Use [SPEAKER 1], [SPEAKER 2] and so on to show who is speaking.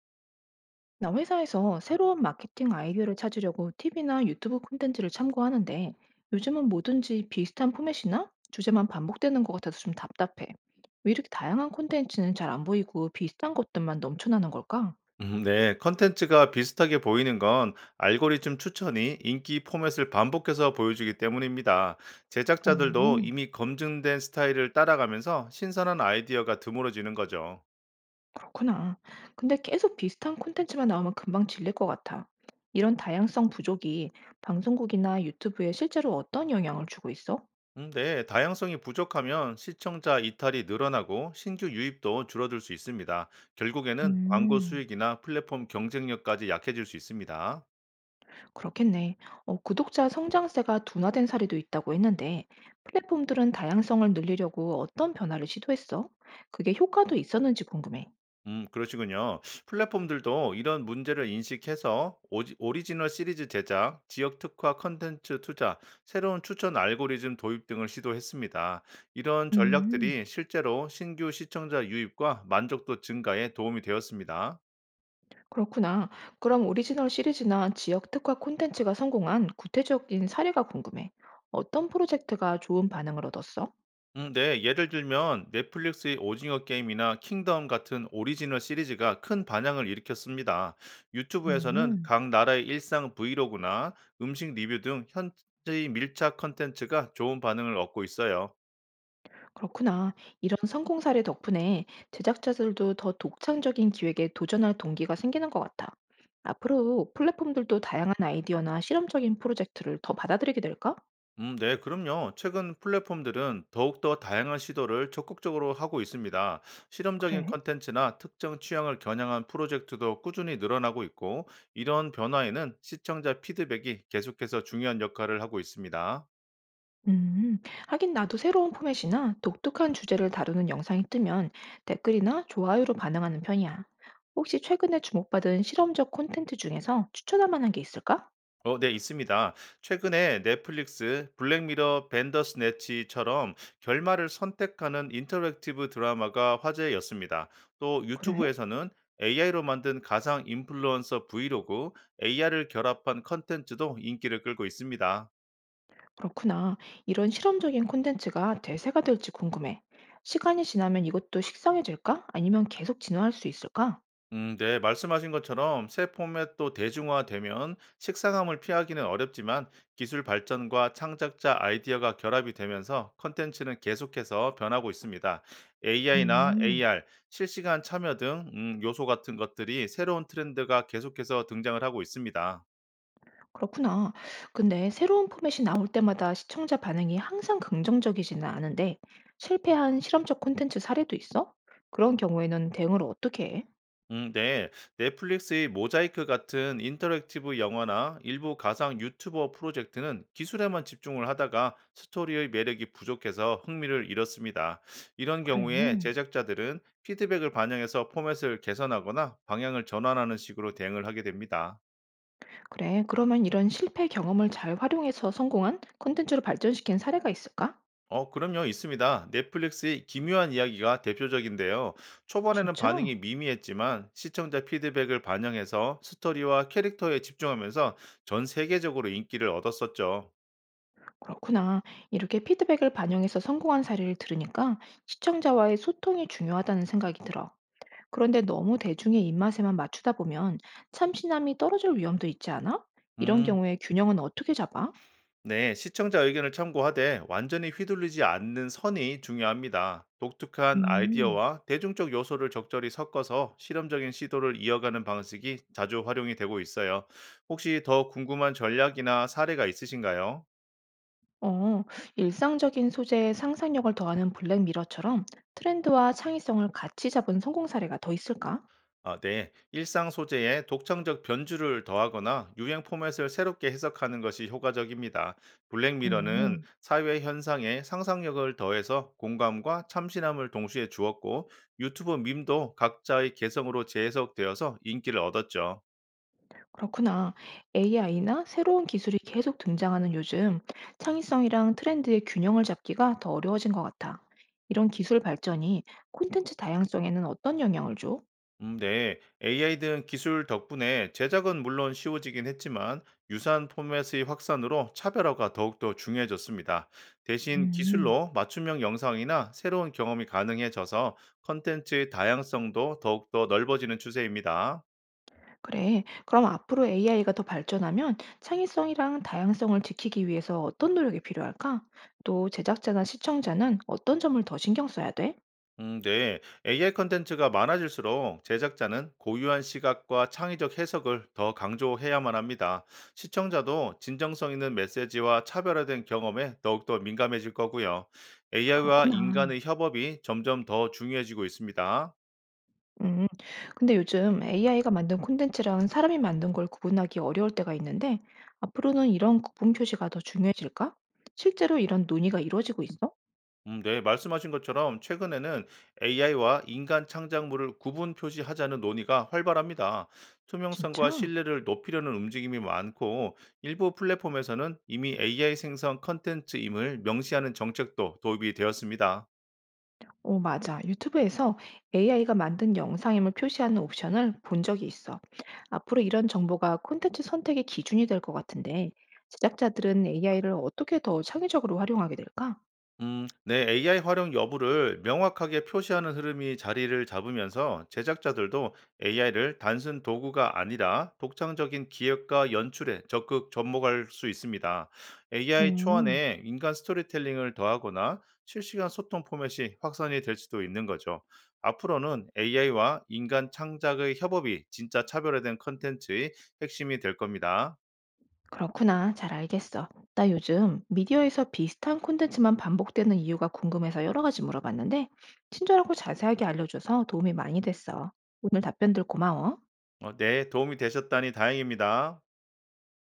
[SPEAKER 1] 나 회사에서 새로운 마케팅 아이디어를 찾으려고 TV나 유튜브 콘텐츠를 참고하는데 요즘은 뭐든지 비슷한 포맷이나 주제만 반복되는 것 같아서 좀 답답해. 왜 이렇게 다양한 콘텐츠는 잘 안 보이고 비슷한 것들만 넘쳐나는 걸까?
[SPEAKER 2] 네, 컨텐츠가 비슷하게 보이는 건 알고리즘 추천이 인기 포맷을 반복해서 보여주기 때문입니다.
[SPEAKER 1] 어,
[SPEAKER 2] 제작자들도
[SPEAKER 1] 음,
[SPEAKER 2] 이미 검증된 스타일을 따라가면서 신선한 아이디어가 드물어지는 거죠.
[SPEAKER 1] 그렇구나. 근데 계속 비슷한 콘텐츠만 나오면 금방 질릴 것 같아. 이런 다양성 부족이 방송국이나 유튜브에 실제로 어떤 영향을 주고 있어?
[SPEAKER 2] 네, 다양성이 부족하면 시청자 이탈이 늘어나고 신규 유입도 줄어들 수 있습니다. 결국에는 광고
[SPEAKER 1] 음.
[SPEAKER 2] 수익이나 플랫폼 경쟁력까지 약해질 수 있습니다.
[SPEAKER 1] 그렇겠네. 구독자 성장세가 둔화된 사례도 있다고 했는데, 플랫폼들은 다양성을 늘리려고 어떤 변화를 시도했어? 그게 효과도 있었는지 궁금해.
[SPEAKER 2] 그러시군요. 플랫폼들도 이런 문제를 인식해서 오리지널 시리즈 제작, 지역 특화 컨텐츠 투자, 새로운 추천 알고리즘 도입 등을 시도했습니다. 이런
[SPEAKER 1] 음,
[SPEAKER 2] 전략들이 실제로 신규 시청자 유입과 만족도 증가에 도움이 되었습니다.
[SPEAKER 1] 그렇구나. 그럼 오리지널 시리즈나 지역 특화 콘텐츠가 성공한 구체적인 사례가 궁금해. 어떤 프로젝트가 좋은 반응을 얻었어?
[SPEAKER 2] 네, 예를 들면 넷플릭스의 오징어 게임이나 킹덤 같은 오리지널 시리즈가 큰 반향을 일으켰습니다. 유튜브에서는
[SPEAKER 1] 음.
[SPEAKER 2] 각 나라의 일상 브이로그나 음식 리뷰 등 현지의 밀착 컨텐츠가 좋은 반응을 얻고 있어요.
[SPEAKER 1] 그렇구나. 이런 성공 사례 덕분에 제작자들도 더 독창적인 기획에 도전할 동기가 생기는 것 같아. 앞으로 플랫폼들도 다양한 아이디어나 실험적인 프로젝트를 더 받아들이게 될까?
[SPEAKER 2] 네, 그럼요. 최근 플랫폼들은 더욱더 다양한 시도를 적극적으로 하고 있습니다. 실험적인
[SPEAKER 1] 그래?
[SPEAKER 2] 컨텐츠나 특정 취향을 겨냥한 프로젝트도 꾸준히 늘어나고 있고, 이런 변화에는 시청자 피드백이 계속해서 중요한 역할을 하고 있습니다.
[SPEAKER 1] 음, 하긴 나도 새로운 포맷이나 독특한 주제를 다루는 영상이 뜨면 댓글이나 좋아요로 반응하는 편이야. 혹시 최근에 주목받은 실험적 콘텐츠 중에서 추천할 만한 게 있을까?
[SPEAKER 2] 네, 있습니다. 최근에 넷플릭스 블랙미러 벤더스네치처럼 결말을 선택하는 인터랙티브 드라마가 화제였습니다. 또
[SPEAKER 1] 그래?
[SPEAKER 2] 유튜브에서는 AI로 만든 가상 인플루언서 브이로그, AR을 결합한 컨텐츠도 인기를 끌고 있습니다.
[SPEAKER 1] 그렇구나. 이런 실험적인 콘텐츠가 대세가 될지 궁금해. 시간이 지나면 이것도 식상해질까? 아니면 계속 진화할 수 있을까?
[SPEAKER 2] 네, 말씀하신 것처럼 새 포맷도 대중화되면 식상함을 피하기는 어렵지만 기술 발전과 창작자 아이디어가 결합이 되면서 컨텐츠는 계속해서 변하고 있습니다. AI나
[SPEAKER 1] 음,
[SPEAKER 2] AR, 실시간 참여 등 요소 같은 것들이 새로운 트렌드가 계속해서 등장을 하고 있습니다.
[SPEAKER 1] 그렇구나. 근데 새로운 포맷이 나올 때마다 시청자 반응이 항상 긍정적이지는 않은데 실패한 실험적 콘텐츠 사례도 있어? 그런 경우에는 대응을 어떻게 해?
[SPEAKER 2] 네. 넷플릭스의 모자이크 같은 인터랙티브 영화나 일부 가상 유튜버 프로젝트는 기술에만 집중을 하다가 스토리의 매력이 부족해서 흥미를 잃었습니다. 이런 경우에
[SPEAKER 1] 그래.
[SPEAKER 2] 제작자들은 피드백을 반영해서 포맷을 개선하거나 방향을 전환하는 식으로 대응을 하게 됩니다.
[SPEAKER 1] 그래, 그러면 이런 실패 경험을 잘 활용해서 성공한 콘텐츠로 발전시킨 사례가 있을까?
[SPEAKER 2] 그럼요, 있습니다. 넷플릭스의 기묘한 이야기가 대표적인데요. 초반에는
[SPEAKER 1] 진짜?
[SPEAKER 2] 반응이 미미했지만 시청자 피드백을 반영해서 스토리와 캐릭터에 집중하면서 전 세계적으로 인기를 얻었었죠.
[SPEAKER 1] 그렇구나. 이렇게 피드백을 반영해서 성공한 사례를 들으니까 시청자와의 소통이 중요하다는 생각이 들어. 그런데 너무 대중의 입맛에만 맞추다 보면 참신함이 떨어질 위험도 있지 않아? 이런
[SPEAKER 2] 음,
[SPEAKER 1] 경우에 균형은 어떻게 잡아?
[SPEAKER 2] 네, 시청자 의견을 참고하되 완전히 휘둘리지 않는 선이 중요합니다. 독특한
[SPEAKER 1] 음,
[SPEAKER 2] 아이디어와 대중적 요소를 적절히 섞어서 실험적인 시도를 이어가는 방식이 자주 활용이 되고 있어요. 혹시 더 궁금한 전략이나 사례가 있으신가요?
[SPEAKER 1] 어, 일상적인 소재에 상상력을 더하는 블랙미러처럼 트렌드와 창의성을 같이 잡은 성공 사례가 더 있을까?
[SPEAKER 2] 아, 네. 일상 소재에 독창적 변주를 더하거나 유행 포맷을 새롭게 해석하는 것이 효과적입니다. 블랙미러는
[SPEAKER 1] 어.
[SPEAKER 2] 사회 현상에 상상력을 더해서 공감과 참신함을 동시에 주었고, 유튜브 밈도 각자의 개성으로 재해석되어서 인기를 얻었죠.
[SPEAKER 1] 그렇구나. AI나 새로운 기술이 계속 등장하는 요즘 창의성이랑 트렌드의 균형을 잡기가 더 어려워진 것 같아. 이런 기술 발전이 콘텐츠 다양성에는 어떤 영향을 줘?
[SPEAKER 2] 네. AI 등 기술 덕분에 제작은 물론 쉬워지긴 했지만 유사한 포맷의 확산으로 차별화가 더욱더 중요해졌습니다. 대신
[SPEAKER 1] 음.
[SPEAKER 2] 기술로 맞춤형 영상이나 새로운 경험이 가능해져서 컨텐츠의 다양성도 더욱더 넓어지는 추세입니다.
[SPEAKER 1] 그래. 그럼 앞으로 AI가 더 발전하면 창의성이랑 다양성을 지키기 위해서 어떤 노력이 필요할까? 또 제작자나 시청자는 어떤 점을 더 신경 써야 돼?
[SPEAKER 2] 네. AI 컨텐츠가 많아질수록 제작자는 고유한 시각과 창의적 해석을 더 강조해야만 합니다. 시청자도 진정성 있는 메시지와 차별화된 경험에 더욱더 민감해질 거고요. AI와
[SPEAKER 1] 그렇구나.
[SPEAKER 2] 인간의 협업이 점점 더 중요해지고 있습니다.
[SPEAKER 1] 음. 근데 요즘 AI가 만든 콘텐츠랑 사람이 만든 걸 구분하기 어려울 때가 있는데, 앞으로는 이런 구분 표시가 더 중요해질까? 실제로 이런 논의가 이루어지고 있어?
[SPEAKER 2] 네, 말씀하신 것처럼 최근에는 AI와 인간 창작물을 구분 표시하자는 논의가 활발합니다. 투명성과
[SPEAKER 1] 진짜?
[SPEAKER 2] 신뢰를 높이려는 움직임이 많고, 일부 플랫폼에서는 이미 AI 생성 컨텐츠임을 명시하는 정책도 도입이 되었습니다.
[SPEAKER 1] 오 맞아. 유튜브에서 AI가 만든 영상임을 표시하는 옵션을 본 적이 있어. 앞으로 이런 정보가 콘텐츠 선택의 기준이 될 것 같은데, 제작자들은 AI를 어떻게 더 창의적으로 활용하게 될까?
[SPEAKER 2] 네, AI 활용 여부를 명확하게 표시하는 흐름이 자리를 잡으면서 제작자들도 AI를 단순 도구가 아니라 독창적인 기획과 연출에 적극 접목할 수 있습니다. AI
[SPEAKER 1] 오오
[SPEAKER 2] 초안에 인간 스토리텔링을 더하거나 실시간 소통 포맷이 확산이 될 수도 있는 거죠. 앞으로는 AI와 인간 창작의 협업이 진짜 차별화된 컨텐츠의 핵심이 될 겁니다.
[SPEAKER 1] 그렇구나. 잘 알겠어. 나 요즘 미디어에서 비슷한 콘텐츠만 반복되는 이유가 궁금해서 여러 가지 물어봤는데, 친절하고 자세하게 알려줘서 도움이 많이 됐어. 오늘 답변들 고마워.
[SPEAKER 2] 네, 도움이 되셨다니 다행입니다.